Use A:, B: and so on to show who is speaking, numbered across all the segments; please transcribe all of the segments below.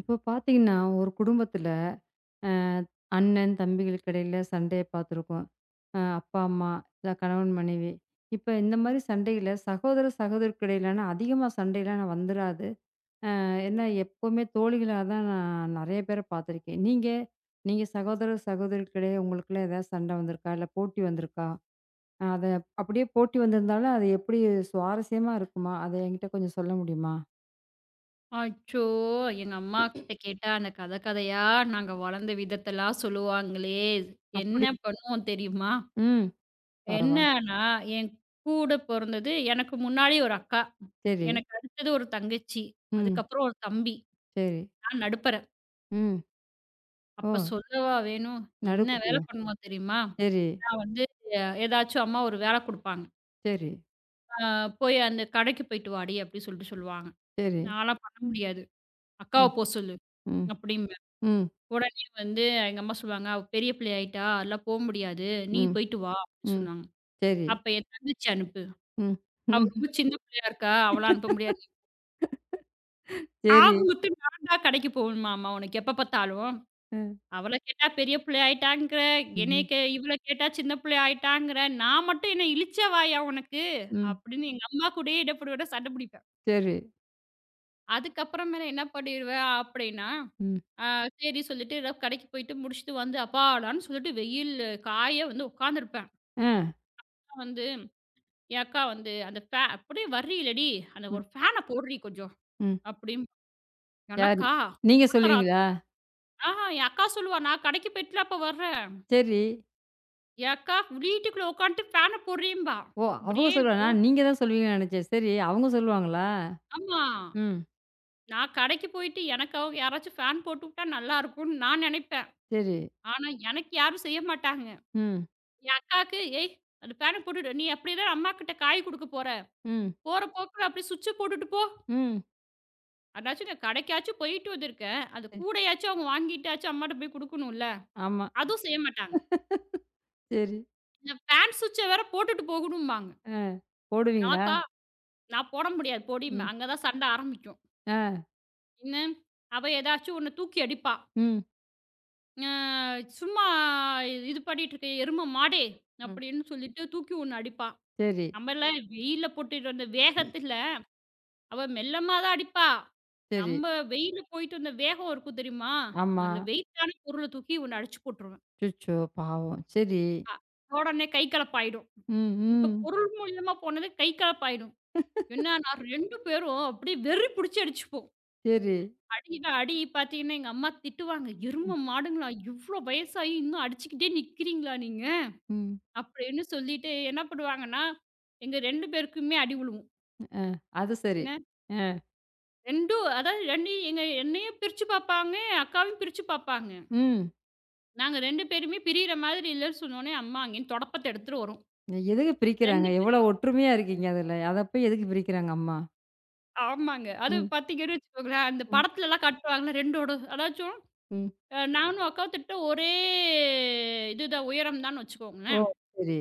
A: இப்போ பார்த்தீங்கன்னா, ஒரு குடும்பத்தில அ அண்ணன், தம்பிகளுக்கு இடையில சண்டைய பார்த்துருக்கோம். அப்பா, அம்மா, இல்ல கணவன், மனைவி. இப்ப இந்த மாரி சண்டையில சகோதர, சகோதரிக்கு இடையிலான அதிகமா சண்டைலாம் வந்துராது. ஏன்னா எப்பவுமே தோழிகளா தான் நான் நெறைய பேர பார்த்துருக்கேன். நீங்க நீங்க சகோதர, சகோதரிக்கு இடையே உங்களுக்குள்ள ஏதாவது சண்டை வந்திருக்கா? இல்ல போட்டி வந்திருக்கா? அ அத அப்படியே போட்டி வந்திருந்தாலும், அது எப்படி சுவாரஸ்யமா இருக்குமா? அத என்கிட்ட கொஞ்சம் சொல்ல முடியுமா?
B: அச்சோ! எங்க அம்மாகிட்ட கேட்டா, அந்த கதை கதையா நாங்க வளர்ந்த விதத்தெல்லாம் சொல்லுவாங்களே!
A: அப்படி.
B: என்ன பண்ணுவோம் தெரியுமா?
A: ம். பரவால்ல.
B: என்னன்னா, என் கூட பொறந்தது எனக்கு முன்னாடி ஒரு அக்கா.
A: சரி.
B: எனக்கு அடுத்தது ஒரு தங்கச்சி.
A: ம்.
B: அதுக்கப்புறம் ஒரு தம்பி.
A: சரி.
B: நான் நடுப்பற.
A: ம். ஓ!
B: அப்ப சொல்லவா வேணும்? என்ன வேலை
A: நடுக்குட்டியா?
B: பண்ணுவோம் தெரியுமா?
A: சரி,
B: நான் வந்து ஏதாச்சும் அம்மா ஒரு வேலை குடுப்பாங்க.
A: சரி,
B: "அ போய் அந்த கடைக்கு போயிட்டு வாடி" அப்படி சொல்லிட்டு சொல்லுவாங்க.
A: சரி.
B: நான்லாம் பண்ண முடியாது. "அக்காவ
A: ம்,
B: போ சொல்லு"
A: ம்,
B: அப்படிம்பேன்.
A: ம்,
B: உடனே வந்து எங்க அம்மா சொல்லுவாங்க, "அவ பெரிய பிள்ளை ஆயிட்டா! அதெல்லாம் போ முடியாது. நீ
A: ம்,
B: போயிட்டு வா" அப்டி
A: ம்.
B: சொன்னாங்க.
A: சரி.
B: அப்ப என் தங்கச்சி அனுப்பு.
A: ம்,
B: அவ
A: ம்.
B: ரொம்ப சின்ன பிள்ளையா இருக்கா. அவளாம் அனுப்ப முடியாது.
A: சரி.
B: ஆக மொத்தம் நான் தான் கடைக்கு போகணுமா அம்மா உனக்கு எப்ப பார்த்தாலும்?
A: அ.
B: அவள கேட்டா பெரிய பிள்ளை ஆயிட்டாங்கிற, என்னைய
A: ம்,
B: கே இவள கேட்டா சின்ன பிள்ளை ஆயிட்டாங்கிற, நான் மட்டும் என்ன இளிச்ச வாயா உனக்கு?
A: ம்.
B: அப்படின்னு எங்க அம்மா கூடயே இடப்படவிட சண்டை பிடிப்பேன்.
A: சரி.
B: அதுக்கப்புறமேல என்ன பண்ணிருவேன் அப்படின்னா,
A: ம்.
B: ஆ சரி சொல்லிட்டு ஏதாவது கடைக்கு போயிட்டு முடிச்சுட்டு வந்து அப்பாடான்னு சொல்லிட்டு வெயில்ல காய வந்து உட்காந்துருப்பேன்.
A: ஆ.
B: வந்து, என் அக்கா வந்து, "அந்த ஃபே அப்படியே வர்றீலடி, அந்த
A: ம்,
B: ஒரு ஃபேன போடுறீ கொஞ்சம்"
A: ம்.
B: அப்படிம்பா.
A: யார்?
B: எனக்கா
A: நீங்க
B: ஆத்திர ஆத்திர
A: சொல்லுவீங்களா?
B: ஆ என் அக்கா சொல்லுவா, "நான் கடைக்கு போயிட்டுலாப்பா வர்றேன்."
A: சரி.
B: "என் அக்கா வீட்டுக்குள்ள உட்காந்துட்டு ஃபேன போடுறீம்பா."
A: ஓ! அவங்க
B: இப்படியே
A: சொல்லுவாங்க.
B: இருக்கும்.
A: நான் நீங்க தான் சொல்லுவீங்கன்னு நெனச்சேன். சரி, அவங்க சொல்லுவாங்களா?
B: ஆமா.
A: ம்.
B: நான் கடைக்கு போயிட்டு எனக்காக யாராச்சும் ஃபேன் போட்டு விட்டா நல்லாருக்கும்னு நான் நெனைப்பேன்.
A: சரி.
B: ஆனா எனக்கு யாரும் செய்ய மாட்டாங்க.
A: ம்,
B: என் அக்காவுக்கு, "ஏய் அந்த ஃபேன போட்டுட்டு நீ அப்படிதான் அம்மா கிட்ட காய் குடுக்க போற.
A: ம்,
B: போற போக்குல அப்படியே சுவிட்ச போட்டுட்டு போ."
A: ம்.
B: அதாச்சும் நான் கடைக்காச்சும் போயிட்டு வந்திருக்கேன். அது
A: சரி.
B: கூடையாச்சும் அவங்க வாங்கிட்டாச்சும் அம்மாட்ட போய் குடுக்கணும்ல.
A: ஆமா.
B: அதுவும் செய்ய மாட்டாங்க.
A: சரி.
B: இந்த பேண்ட் சுவிட்ச வேற போட்டுட்டு போகணும்பாங்க.
A: ஆ. போடுவீங்களா?
B: எனக்கா நான் போட முடியாது
A: ம்.
B: போடிம்பேன். அங்க தான் சண்டை ஆரம்பிக்கும்.
A: ஆ.
B: என்ன அவ ஏதாச்சும் ஒண்ணு தூக்கி அடிப்பா.
A: ம்,
B: அ சும்மா இது இது பண்ணிட்டு இருக்க எரும மாடே!
A: ம்.
B: அப்படின்னு சொல்லிட்டு தூக்கி ஒண்ணு அடிப்பா.
A: சரி,
B: நம்மலாம் வெயில்ல போட்டுட்டு வந்த வேகத்துல அவ மெல்லமா தான் அடிப்பா.
A: சரி.
B: நம்ம வெயில்ல போயிட்டு வந்த வேகம் இருக்கும் தெரியுமா?
A: ஆமா.
B: நல்ல வெயிட்டான பொருள தூக்கி ஒண்ணு அடிச்சு போட்டுரும்.
A: அச்சச்சோ! பாவம். சரி.
B: அ உடனே கை கலப்பாயிடும்.
A: ம்,
B: இப்ப
A: ம்.
B: பொருள் மூலியமா போனது கை கலப்பாயிடும். என்னன்னா 2 பேரும் அப்படியே வெறி பிடிச்சு அடிச்சுப்போம்.
A: சரி.
B: அடியில அடி பார்த்தீங்கன்னா, எங்க அம்மா திட்டுவாங்க.
A: ம்,
B: "எரும மாடுங்களா! இவ்ளோ வயசாயும் இன்னும் அடிச்சுக்கிட்டே நிக்கிறீங்களா நீங்க?"
A: ம்.
B: அப்படின்னு சொல்லிட்டு என்ன பண்ணுவாங்கன்னா, எங்க 2 பேருக்குமே அடி விழுவும்.
A: அது சரி.
B: என்ன
A: அ,
B: 2 அதாவது 2 எங்க என்னையும் பிரிச்சு பார்ப்பாங்க, என் அக்காவையும் பிரிச்சு பார்ப்பாங்க.
A: ம்.
B: நாங்க 2 பேருமே பிரியிற மாதிரி இல்லன்னு சொன்னோனே, அம்மா அங்கேருந்து தொடப்பத்த எடுத்துட்டு வரும்.
A: எதுக்கு பிரிக்கிறாங்க?
B: 2
A: எவ்வளோ ஒற்றுமையா இருக்கீங்க அதுல. அத போய் எதுக்கு பிரிக்கிறாங்க அம்மா?
B: ஆமாங்க. அதுவும்
A: ம்,
B: பார்த்தீங்கன்னு வச்சுக்கோங்களேன், அந்த
A: ம்,
B: படத்துலலாம் காட்டுவாங்கல்ல 2டோட அதாச்சும்
A: ம்.
B: நானும் அக்காவும் திட்ட ஒரே இதுதான் உயரம் தான்னு
A: ஓ!
B: வச்சுக்கோங்களேன்.
A: சரி.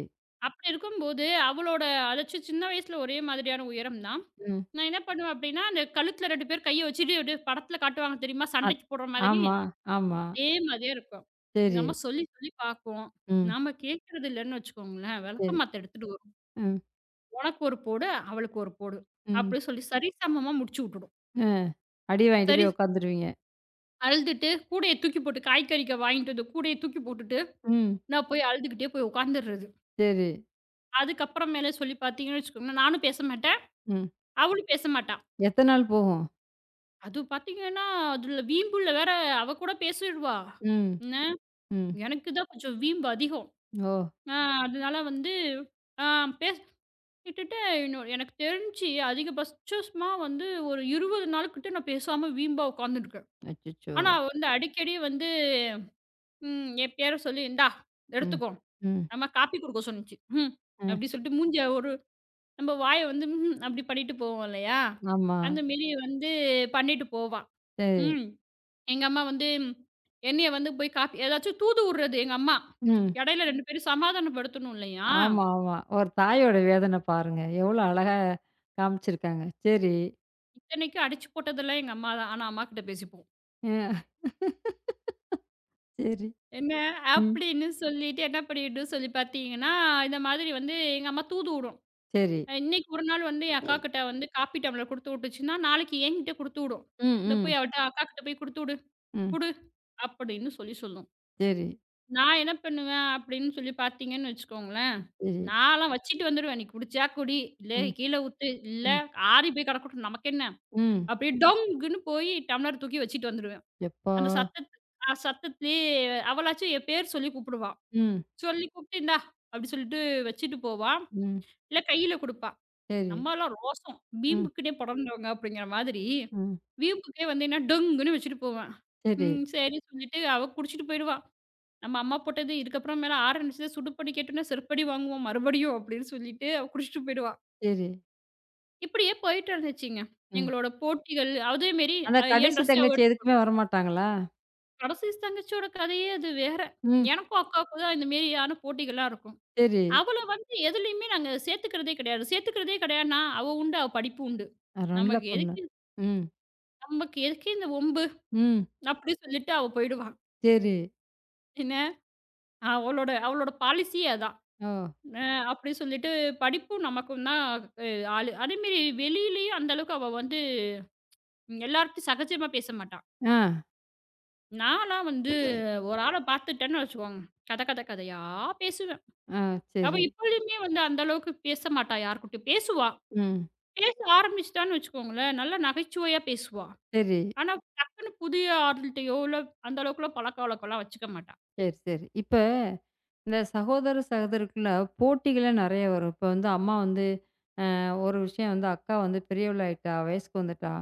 B: அப்படி இருக்கும்போது அவளோட அதாச்சும் சின்ன வயசுல ஒரே மாதிரியான உயரம் தான்.
A: ம்.
B: நான் என்ன பண்ணுவேன் அப்படின்னா, அந்த கழுத்துல 2 பேர் கைய வச்சுட்டு அப்படியே படத்துல காட்டுவாங்க தெரியுமா?
A: அத்
B: சண்டைக்கு போடுற மாதிரி,
A: ஆமா, ஆமா.
B: அதே மாதிரியே இருக்கும். எங்க
A: சரி.
B: அம்மா சொல்லி சொல்லி பார்க்கும்.
A: ம்.
B: நாம கேட்கறது இல்லன்னு வச்சுக்கோங்களேன்,
A: சரி.
B: விளக்கமாத்த எடுத்துட்டு வரும்.
A: ம்,
B: "உனக்கு ஒரு போடு, அவளுக்கு ஒரு போடு"
A: ம்.
B: அப்படி சொல்லி சரிசமமா முடிச்சு விட்டுடும்.
A: அ அடி வாங்கிட்டு
B: சரி
A: போய் உட்காந்துருவீங்க.
B: அழுதுட்டு கூடைய தூக்கி போட்டு காய்கறிக்க வாங்கிட்டு வந்து கூடைய தூக்கி போட்டுட்டு,
A: ம்.
B: நான் போய் அழுதுகிட்டே போய் உட்காந்துர்றது.
A: சரி.
B: அதுக்கப்புறமேல சொல்லி பார்த்தீங்கன்னு வச்சுக்கோங்களேன், நானும் பேச மாட்டேன்,
A: ம்.
B: அவளும் பேச மாட்டா.
A: எத்தன நாள் போகும்?
B: அதுவும் பார்த்தீங்கன்னா, அதுல வீம்புல வேற அவ கூட பேசிடுவா.
A: ம்,
B: என்ன,
A: ம்.
B: எனக்கு தான் கொஞ்சம் வீம்பு அதிகம்.
A: ஓ!
B: ஆ அதனால வந்து ஆ பேச கிட்டத்தட்ட இன்னொரு எனக்கு தெரிஞ்சு அதிகபட்சமா வந்து ஒரு 20 நாள்கிட்ட நான் பேசாம வீம்பா உட்காந்துருக்கேன்.
A: அச்சச்சோ!
B: ஆனா அவ வந்து அடிக்கடி வந்து என் பேர சொல்லி, "இந்தா
A: ம்,
B: எடுத்துக்கோ."
A: ம்.
B: நம்ம காப்பி குடுக்க சொன்னுச்சு. ம்.
A: அ.
B: அப்படி சொல்லிட்டு மூஞ்சிய ஒரு நம்ம வாய வந்து அப்படி பண்ணிட்டு போவோம் இல்லையா?
A: ஆமா.
B: அந்த மேரி வந்து பண்ணிட்டு போவா.
A: சரி.
B: ம். எங்க அம்மா வந்து என்னைய வந்து போய் காப்பி ஏதாச்சும் தூது உடுறது எங்க அம்மா.
A: ம்.
B: இடையில 2 பேரும் சமாதானப்படுத்தணும் இல்லையா?
A: ஆமா, ஆமா. ஒரு தாயோட வேதனை பாருங்க. எவ்வளோ அழகா காமிச்சிருக்காங்க. சரி.
B: இத்தனைக்கும் அடிச்சு போட்டதெல்லாம் எங்க அம்மா தான். ஆனா அம்மாகிட்ட பேசிப்போம்.
A: அ. சரி.
B: என்ன
A: ம்.
B: அப்படின்னு சொல்லிட்டு என்ன பண்ணிடும்னு சொல்லி பார்த்தீங்கன்னா, இந்த மாதிரி வந்து எங்க அம்மா தூது உடும்.
A: சரி.
B: இன்னைக்கு ஒரு நாள் வந்து என் அக்காக்கிட்ட வந்து காப்பி டம்ளர் குடுத்து விட்டுச்சுன்னா, நாளைக்கு என்கிட்ட குடுத்து விடும்.
A: ம்,
B: "இந்த
A: ம்,
B: போய் அவட்ட அக்காக்கிட்ட போய் குடுத்து விடு,
A: ம்.
B: குடு" அப்படின்னு சொல்லி சொல்லும்.
A: சரி,
B: நான் என்ன பண்ணுவேன் அப்படின்னு சொல்லி பார்த்தீங்கன்னு வச்சுக்கோங்களேன்,
A: சரி.
B: நான்லாம் வச்சுட்டு வந்துருவேன். "நீ குடிச்சா குடி, இல்ல
A: ம்,
B: கீழ ஊத்து, இல்ல
A: ம்,
B: ஆறி போய் கிடக்கட்டும் நமக்கென்ன"
A: ம்.
B: அப்படியே டொங்குன்னு போய் டம்ளர் தூக்கி வச்சுட்டு வந்துருவேன்.
A: எப்பா!
B: அந்த சத்தத்து அ சத்தத்திலேயே அவளாச்சும் என் பேர் சொல்லி கூப்பிடுவா.
A: ம்,
B: சொல்லி கூப்பிட்டு, "இந்தா" அப்படி சொல்லிட்டு வச்சுட்டு போவா.
A: ம்.
B: இல்ல கையில குடுப்பா.
A: சரி.
B: நம்மலாம் ரோசம்.
A: ம்,
B: வீம்புக்குன்னே பொறந்தவங்க அப்படிங்கிற மாதிரி,
A: ம்.
B: வீம்புக்கே வந்து என்ன டொங்குன்னு வச்சுட்டு போவேன்.
A: சரி,
B: ம் சரின்னு சொல்லிட்டு அவ குடிச்சிட்டு போயிடுவா. நம்ம அம்மா போட்டது இதுக்கப்புறம் மேல ஆரம்பிச்சது சுடுப்பண்ணி கேட்டோம்னா செருப்படி வாங்குவோம் மறுபடியும் அப்படின்னு சொல்லிட்டு அவ குடிச்சிட்டு போயிடுவா.
A: சரி.
B: இப்படியே போயிட்டு இருந்துச்சுங்க.
A: ம்.
B: எங்களோட போட்டிகள் அதேமாரி
A: அந்த
B: என்
A: கடைசி
B: ட்ரெஸ் அவ
A: தங்கச்சி எதுக்குமே வரமாட்டாங்களா?
B: கடைசி தங்கச்சியோட கதையே அது வேற.
A: ம்.
B: எனக்கும் அக்காவுக்கும் தான் இந்த மாரியான போட்டிகள்லாம் இருக்கும்.
A: சரி.
B: அவள வந்து எதுலயுமே நாங்க சேர்த்துக்கிறதே கிடையாது. சேர்த்துக்கிறதே கிடையாதுன்னா, அவ உண்டு அவ படிப்பு உண்டு.
A: அ நல்ல
B: நமக்கு
A: பொண்ணு.
B: எதுக்கு
A: ம்,
B: நமக்கு எதுக்கு இந்த வம்பு?
A: ம்.
B: அப்படி சொல்லிட்டு அவ போயிடுவா.
A: சரி.
B: என்ன அவளோட அவளோட பாலிசியே அதான்.
A: ஓ!
B: அ அப்படி சொல்லிட்டு படிப்பும் நமக்கும் தான் அ ஆளு. அதேமாரி வெளியிலயும் அந்த அளவுக்கு அவ வந்து எல்லார்ட்டயும் சகஜமா பேச மாட்டா.
A: ஆ,
B: நான்லாம் வந்து ஒரு ஆள பார்த்துட்டேன்னு வச்சுக்கோங்க, கத கத கதையா பேசுவேன்.
A: ஆ.
B: அவ
A: சரி.
B: இப்பொழுதுமே வந்து அந்த அளவுக்கு பேச மாட்டா யார்கிட்டயும். பேசுவா.
A: ம்.
B: பேச ஆரம்பிச்சுட்டான்னு வச்சுக்கோங்களேன், நல்லா நகைச்சுவையா பேசுவா.
A: சரி,
B: ஆனா டக்குன்னு புதிய ஆள்கிட்டயோ, இல்ல அந்த அளவுக்குலாம் பழக்கவழக்கம்லாம் வச்சுக்க மாட்டா.
A: சரி, சரி. இப்ப இந்த சகோதர, சகோதரிக்குள்ள போட்டிகளே நெறைய வரும். இப்ப வந்து அம்மா வந்து ஒரு விஷயம் வந்து அக்கா வந்து பெரியவள் ஆயிட்டா, வயசுக்கு வந்துட்டா.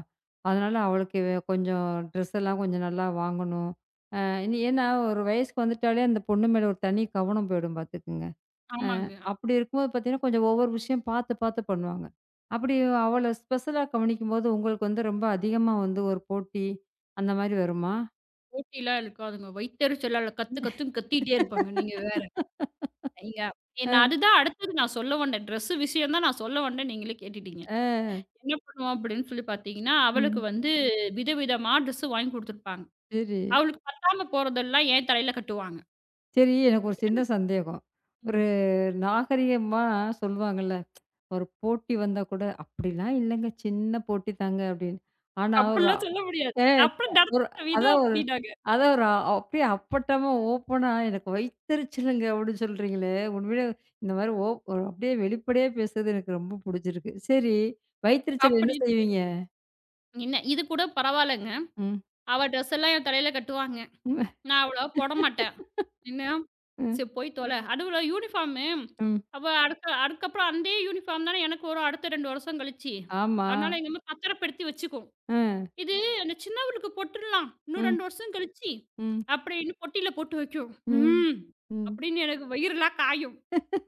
A: அதனால அவளுக்கு வே- கொஞ்சம் ட்ரெஸ் எல்லாம் கொஞ்சம் நல்லா வாங்கணும். அ இனி ஏன்னா ஒரு வயசுக்கு வந்துட்டாலே அந்த பொண்ணு மேல ஒரு தனி கவனம் போயிடும் பார்த்துக்குங்க.
B: ஆமாங்க.
A: அப்படி இருக்கும்போது பார்த்தீங்கன்னா, கொஞ்சம் ஒவ்வொரு விஷயம் பார்த்து, பார்த்து பண்ணுவாங்க. அப்படி அவள ஸ்பெஷலா கவனிக்கும்போது உங்களுக்கு வந்து ரொம்ப அதிகமா வந்து ஒரு போட்டி அந்த மாரி வருமா?
B: போட்டிலாம் இருக்காதுங்க. வயித்தெரிச்சலால கத்து கத்துன்னு கத்திட்டே இருப்பாங்க. நீங்க வேற. நீங்க நான்
A: அ,
B: அதுதான் அடுத்தது நான் சொல்ல வந்தேன். ட்ரெஸ் விஷயம் தான் நான் சொல்ல வந்தேன். நீங்களே கேட்டுட்டீங்க.
A: அ.
B: என்ன பண்ணுவோம் அப்படின்னு சொல்லி பார்த்தீங்கன்னா, அவளுக்கு
A: ம்.
B: வந்து விதவிதமா ட்ரெஸ் வாங்கி குடுத்துருப்பாங்க.
A: சரி.
B: அவளுக்கு பத்தாம போறதெல்லாம் என் தலையில கட்டுவாங்க.
A: சரி எனக்கு ஒரு சின்ன
B: ஏன்னா
A: சந்தேகம்.
B: ம்.
A: நாகரிகமா சொல்லுவாங்கல்ல, ஒரு போட்டி வந்தா கூட, "அப்படிலாம் இல்லங்க. சின்ன போட்டி தாங்க" அப்படின்னு. ஆனா ஒரு அ
B: அப்படிலாம் சொல்ல முடியாது.
A: ஏ,
B: அப்புறம்
A: ஒரு
B: நடந்துக்கிட்ட விதம்
A: அதான் ஒரு
B: அப்படின்னாங்க.
A: அதான் ஒரு அப்படியே அப்பட்டமா ஓப்பனா "எனக்கு வயித்தெரிச்சலுங்க" அப்படின்னு சொல்றீங்களே, உண்மையிலே இந்த மாரி ஓ ஒரு அப்படியே வெளிப்படையா பேசுறது எனக்கு ரொம்ப புடிச்சிருக்கு. சரி, வயித்தெரிச்சல் என்ன
B: அப்படின்னு சொல்லி
A: செய்வீங்க?
B: என்ன இது கூட பரவாயில்லங்க.
A: ம்.
B: அவ ட்ரெஸ் எல்லாம் என் தலையில கட்டுவாங்க.
A: ம்.
B: நான் அவ்வளவா போட மாட்டேன். என்ன
A: ம்.
B: சரி போய் தொலை. அதுவும் யூனிஃபார்மு.
A: ம்.
B: அப்ப அடுத்த அதுக்கப்புறம் அந்தே யூனிஃபார்ம் தானே எனக்கு வரும் அடுத்த 2 வருஷம் கழிச்சு.
A: ஆமா.
B: அதனால எங்க அம்மா பத்திரப்படுத்தி வச்சுக்கும்.
A: அ.
B: இது அந்த சின்னவளுக்கு போட்டுடலாம். இன்னும்
A: ம்.
B: 2 வருஷம் கழிச்சு.
A: ம்.
B: அப்படின்னு பொட்டியில போட்டு வைக்கும்.
A: ம்.
B: ம்.
A: ம்.
B: அப்படின்னு எனக்கு வயிறுலாம் காயும்.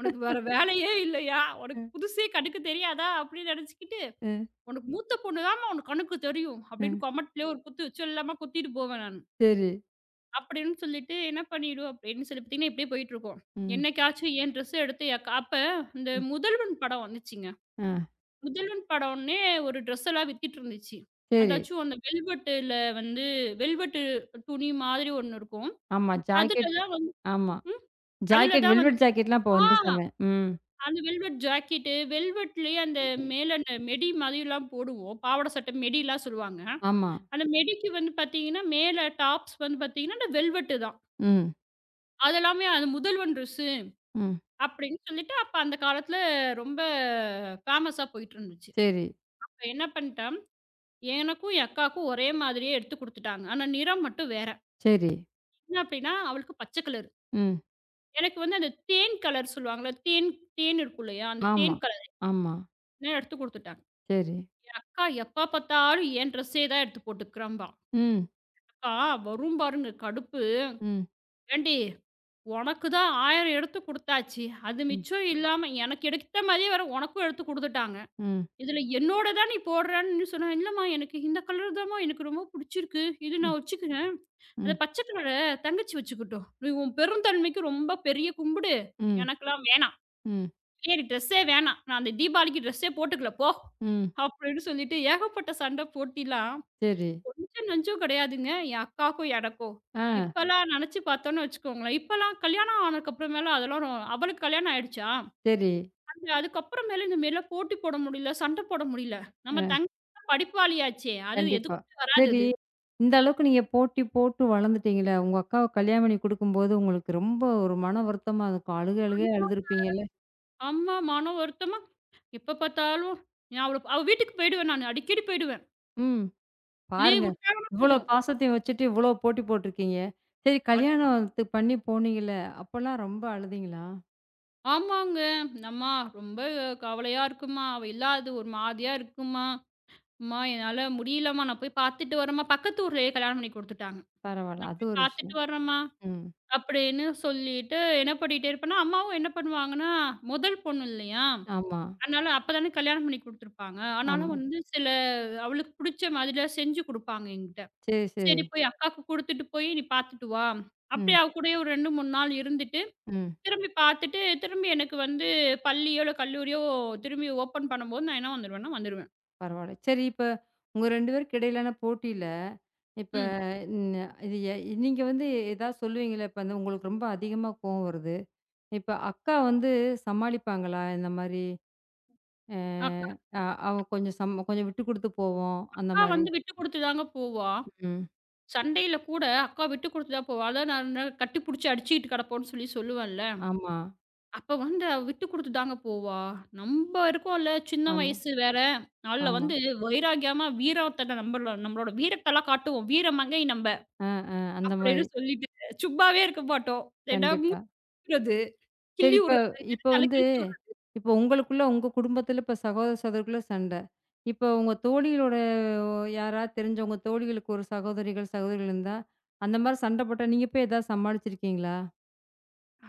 B: உனக்கு வேற வேலையே இல்லையா?
A: அ.
B: உனக்கு புதுசே கணக்கு தெரியாதா? அப்படின்னு நினச்சுக்கிட்டு,
A: அ.
B: உனக்கு மூத்த பொண்ணு தாம்மா உனக்கு கணக்கு தெரியும்.
A: அ.
B: அப்படின்னு கமெண்ட்லயே ஒரு குத்து, சொல்லாம குத்திட்டு போவேன் நானு.
A: சரி.
B: அப்படின்னு சொல்லிட்டு என்ன பண்ணிடும் அப்படின்னு சொல்லி பார்த்தீங்கன்னா, இப்படியே போயிட்டுருக்கும்.
A: ம்.
B: என்னைக்காச்சும் என் ட்ரெஸ் எடுத்து எ அப்ப இந்த
A: ம்.
B: முதல்வன் படம் வந்துச்சுங்க.
A: ஆ.
B: முதல்வன் படம்னே ஒரு ட்ரெஸ் எல்லாம் வித்துட்டு இருந்துச்சு.
A: சரி.
B: அதாச்சும் அந்த வெல்வெட்டுல வந்து வெல்வெட்டு துணி மாதிரி ஒண்ணு இருக்கும்.
A: ஆமா.
B: அதுல
A: ஜாக்கெட்.
B: தான் வந்து
A: ஆமா.
B: ம். அதுல
A: ஜாக்கெட்
B: தான் வந்து
A: வெல்வெட் ஜாக்கெட்லாம் அப்போ
B: ஆ
A: வந்து செம. ம்.
B: அந்த வெல்வெட் ஜாக்கெட்டு, வெல்வெட்லயே அந்த மேல அந்த மெடி மாதிரிலாம் போடுவோம். பாவாடை சட்டை மெடிலாம் சொல்லுவாங்க.
A: ஆமா.
B: அந்த மெடிக்கு வந்து பார்த்தீங்கன்னா, மேல டாப்ஸ் வந்து பார்த்தீங்கன்னா, அந்த வெல்வெட்டு தான்.
A: ம்.
B: அதெல்லாமே அது முதல்வன் ட்ரெஸ்
A: ம்.
B: அப்படின்னு சொல்லிட்டு, அப்ப அந்த காலத்துல ரொம்ப ஃபேமஸா போயிட்டுருந்துச்சு.
A: சரி,
B: அப்ப என்ன பண்ணிட்டேன், எனக்கும் என் அக்காவுக்கும் ஒரே மாதிரியே எடுத்து குடுத்துட்டாங்க. ஆனா நிறம் மட்டும் வேற.
A: சரி.
B: என்ன அப்படின்னா, அவளுக்கு பச்சை கலரு.
A: ம்.
B: எனக்கு வந்து அந்த தேன் கலர் சொல்லுவாங்கல்ல, தேன் தேன் இருக்கும் இல்லையா? அந்த
A: ஆமா,
B: தேன் கலர்
A: ஆமா.
B: நான் எடுத்து குடுத்துட்டாங்க.
A: சரி.
B: அக்கா எப்ப பார்த்தாலும் என் ட்ரெஸ்ஸே தான் எடுத்து போட்டுக்கிறம்பா.
A: ம்.
B: அக்கா வரும் பாருங்க கடுப்பு.
A: ம்.
B: ஏன்டி உனக்கு தான் 1,000 எடுத்து குடுத்தாச்சு. அது
A: ம்.
B: மிச்சம் இல்லாம எனக்கு எடுத்த மாதிரியே வேற உனக்கும் எடுத்து குடுத்துட்டாங்க.
A: ம்.
B: இதுல என்னோட தான் நீ போடுறான்னு சொன்னா, "இல்லம்மா எனக்கு இந்த கலர் தாம்மா எனக்கு ரொம்ப புடிச்சிருக்கு. இது
A: ம்.
B: நான் வச்சுக்கிறேன். அந்த
A: ம்.
B: பச்சை கலர தங்கச்சி வச்சுக்கட்டும். நீ உன் பெருந்தன்மைக்கு ரொம்ப பெரிய கும்பிடு.
A: ம்.
B: எனக்கெல்லாம் வேணாம்.
A: ம்.
B: எனக்கு ட்ரெஸ்ஸே வேணாம். நான் அந்த தீபாவளிக்கு ட்ரெஸ்ஸே போட்டுக்கல போ."
A: ம்.
B: அப்படின்னு சொல்லிட்டு ஏகப்பட்ட சண்டை போட்டிலாம்
A: சரி.
B: கொஞ்சம் நஞ்சம் கிடையாதுங்க. என் அக்காவுக்கும் எனக்கும்.
A: ஆ
B: இப்பலாம் நெனச்சு பார்த்தோம்னு வச்சுக்கோங்களேன். இப்பலாம் கல்யாணம் ஆனதுக்கு அப்புறமேல அதெல்லாம் ரொ அவளுக்கு கல்யாணம் ஆயிடுச்சா?
A: சரி.
B: இல்ல அதுக்கப்புறமேலு இந்த மாரிலாம் போட்டி போட முடியல, சண்ட போட முடியல. நம்ம
A: அ
B: தங்கச்சி தான் படிப்பாளியாச்சே! அது
A: கண்டிப்பா.
B: எதுக்கும் வராது
A: சரி.
B: அது.
A: இந்த அளவுக்கு நீங்க போட்டி போட்டு வளர்ந்துட்டீங்களே, உங்க அக்காவ கல்யாணம் பண்ணி குடுக்கும்போது உங்களுக்கு ரொம்ப ஒரு மன வருத்தமா இருக்கும். அழுக அழுகையா அழுதுருப்பீங்கல்ல?
B: ஆமா மன வருத்தமா, எப்ப பார்த்தாலும் நான் அவள அவ வீட்டுக்கு போயிடுவேன் நானு. அடிக்கடி போயிடுவேன்.
A: ம்.
B: லீவ்
A: பாருங்க.
B: விட்டாங்கன்னா
A: இவ்வளோ
B: போதும்.
A: பாசத்தையும் வச்சுட்டு, இவ்வளோ போட்டி போட்டுருக்கீங்க. சரி
B: அது
A: கல்யாணத்துக்கு பண்ணி போனீங்கல்ல, அப்பலாம் ரொம்ப அழுதீங்களா?
B: ஆமாங்க. "அம்மா ரொம்ப கவலையா இருக்கும்மா. அவ இல்லாதது ஒரு மாதிரியா இருக்கும்மா. அம்மா என்னால முடியலம்மா. நான் போய் பார்த்துட்டு வரேம்மா." பக்கத்து ஊர்லயே கல்யாணம் பண்ணி குடுத்துட்டாங்க.
A: பரவால்ல.
B: "நான்
A: அது
B: போய்
A: ஒரு
B: பார்த்துட்டு
A: விஷயம்.
B: வரேம்மா."
A: ம்.
B: அப்படின்னு சொல்லிட்டு என்ன பண்ணிட்டே இருப்பேன்னா, அம்மாவும் என்ன பண்ணுவாங்கன்னா, முதல் பொண்ணு இல்லையா?
A: ஆமா,
B: அதனால அப்பதானே கல்யாணம் பண்ணி குடுத்துருப்பாங்க. ஆனாலும்
A: ஆமா.
B: வந்து சில அவளுக்கு புடிச்ச மாதிரிலாம் செஞ்சு குடுப்பாங்க என்கிட்ட.
A: சரி, சரி.
B: சரி போய் அக்காக்கு குடுத்துட்டு போய் நீ பார்த்துட்டு வா. அப்படியே
A: ம்,
B: அவ கூடயே ஒரு 2, 3 நாள் இருந்துட்டு,
A: ம்.
B: திரும்பி பார்த்துட்டு, திரும்பி எனக்கு வந்து பள்ளியோ, இல்ல கல்லூரியோ திரும்பி ஓப்பன் பண்ணும்போது நான் என்ன வந்துருவேன்னா வந்துருவேன்.
A: பரவால்ல. சரி இப்ப உங்க 2 பேருக்கு இடையிலான போட்டியில, இப்ப
B: ம்.
A: ந இது எ நீங்க வந்து ஏதாவது சொல்லுவீங்கல்ல, இப்ப அந்த உங்களுக்கு ரொம்ப அதிகமா கோவம் வருது. இப்ப அக்கா வந்து சமாளிப்பாங்களா? இந்த மாரி
B: அக்கா
A: அ அவ கொஞ்சம் கொஞ்சம் விட்டு குடுத்து போவோம், அந்த
B: அக்கா
A: மாரி.
B: வந்து விட்டு குடுத்து தாங்க போவா.
A: ம்.
B: சண்டையில கூட அக்கா விட்டு குடுத்து தான் போவா. அதான் நான் கட்டி புடிச்சு அடிச்சுக்கிட்டு கிடப்போம்ன்னு சொல்லி சொல்லுவேன்ல.
A: ஆமா.
B: அப்ப வந்து அவ விட்டு குடுத்து தாங்க போவா. நம்ப இருக்கோம்ல சின்ன
A: ஆமா,
B: வயசு வேற. அதுல
A: ஆமா.
B: வந்து வைராக்கியமா வீரத்த நம்பள நம்மளோட வீரத்தலாம் காட்டுவோம். வீரமங்கை நம்ப
A: ஆ, ஆ. அந்த மாரி.
B: அப்படின்னு சொல்லிட்டு, சும்மாவே இருக்க மாட்டோம். ஏன்னா
A: கண்டிப்பா.
B: மூழ்கிறது,
A: சரி
B: கிள்ளி
A: இப்ப
B: விடுறது,
A: இப்ப
B: இல்லன்னா தலை
A: வந்து
B: கிழிச்சு விடுறது.
A: இப்ப உங்களுக்குள்ள உங்க குடும்பத்தில இப்ப சகோதர சகோதரிக்குள்ள சண்டை. இப்ப உங்க தோழிகளோட யாராவது தெரிஞ்சவங்க தோழிகளுக்கு ஒரு சகோதரிகள் இருந்தா, அந்த மாரி சண்டை போட்டா நீங்க போய் ஏதாவது சமாளிச்சிருக்கீங்களா?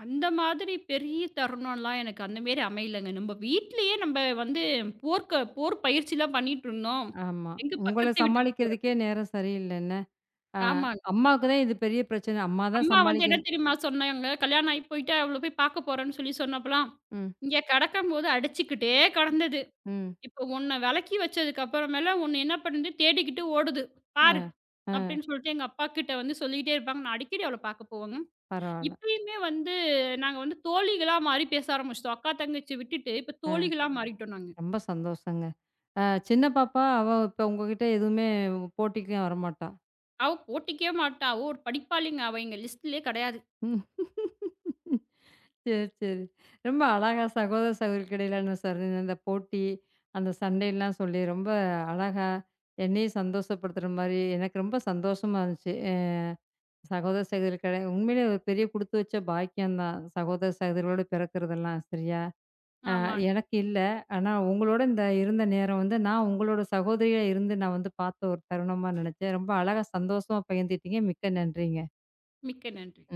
B: அந்த மாதிரி பெரிய தருணம்லாம் எனக்கு அந்த மாரி அமையலங்க. நம்ப வீட்லயே வந்து போர்க்க போர் பயிற்சிலாம் பண்ணிட்டு இருந்தோம்.
A: ஆமா.
B: எங்க
A: உங்கள
B: பக்கத்து வீட்டுக்கு போறது?
A: சமாளிக்கிறதுக்கே நேரம் சரியில்ல என்ன? ஆ
B: ஆமா.
A: அம்மாவுக்கு தான் இது பெரிய பிரச்சனை. அம்மா தான்
B: அம்மா வந்து என்ன
A: சமாளிக்கணும்.
B: தெரியுமா சொன்னாங்க? கல்யாணம் ஆயி போயிட்டு அவள போய் பாக்க போறேன்னு சொல்லி சொன்னப்பலாம்,
A: ம்,
B: இங்க கெடக்கும்போது அடிச்சுக்கிட்டே கெடந்தது.
A: ம்.
B: இப்போ உன்ன வெலக்கி வச்சதுக்கு அப்புறமேல உன்ன என்ன பண்ணுது, தேடிக்கிட்டு ஓடுது.
A: ஆ,
B: பாரு!
A: ஆ.
B: அப்படின்னு சொல்லிட்டு எங்க அப்பாக்கிட்ட வந்து சொல்லிக்கிட்டே இருப்பாங்க. நான் அடிக்கடி அவள பாக்க போவேங்க.
A: பரவால்ல.
B: இப்பயுமே வந்து நாங்க வந்து தோழிகளா மாறி பேச ஆரம்பிச்சுட்டோம். அக்கா, தங்கச்சி விட்டுட்டு இப்ப
A: ஆ.
B: தோழிகளா மாறிட்டோம் நாங்க.
A: ரொம்ப சந்தோஷங்க. அ சின்ன பாப்பா, அவ இப்ப உங்ககிட்ட எதுவுமே போட்டிக்கும் வரமாட்டா.
B: அவ போட்டிக்கே மாட்டா. அவ ஒரு படிப்பாளிங்க. அவ எங்க லிஸ்ட்லயே கெடையாது.
A: ம். சரி, சரி. ரொம்ப அழகா சகோதர சகோதரிக்கு இடையிலான சரி அந்த போட்டி, அந்த சண்டைலாம் சொல்லி ரொம்ப அழகா என்னையும் சந்தோஷப்படுத்துற மாரி எனக்கு ரொம்ப சந்தோஷமா இருந்துச்சு. அ சகோதர சகோதரி கிடை உண்மையிலேயே ஒரு பெரிய குடுத்து வச்ச பாக்கியம் தான். சகோதர சகோதரிகளோட பிறக்கிறதெல்லாம் சரியா? அ
B: ஆமாங்க.
A: எனக்கு இல்ல. ஆனா உங்களோட இந்த இருந்த நேரம் வந்து, நான் உங்களோட சகோதரியா இருந்து நான் வந்து பார்த்த ஒரு தருணமா நெனச்சேன். ரொம்ப அழகா சந்தோஷமா பகிர்ந்துட்டீங்க. மிக்க நன்றிங்க.
B: மிக்க நன்றி.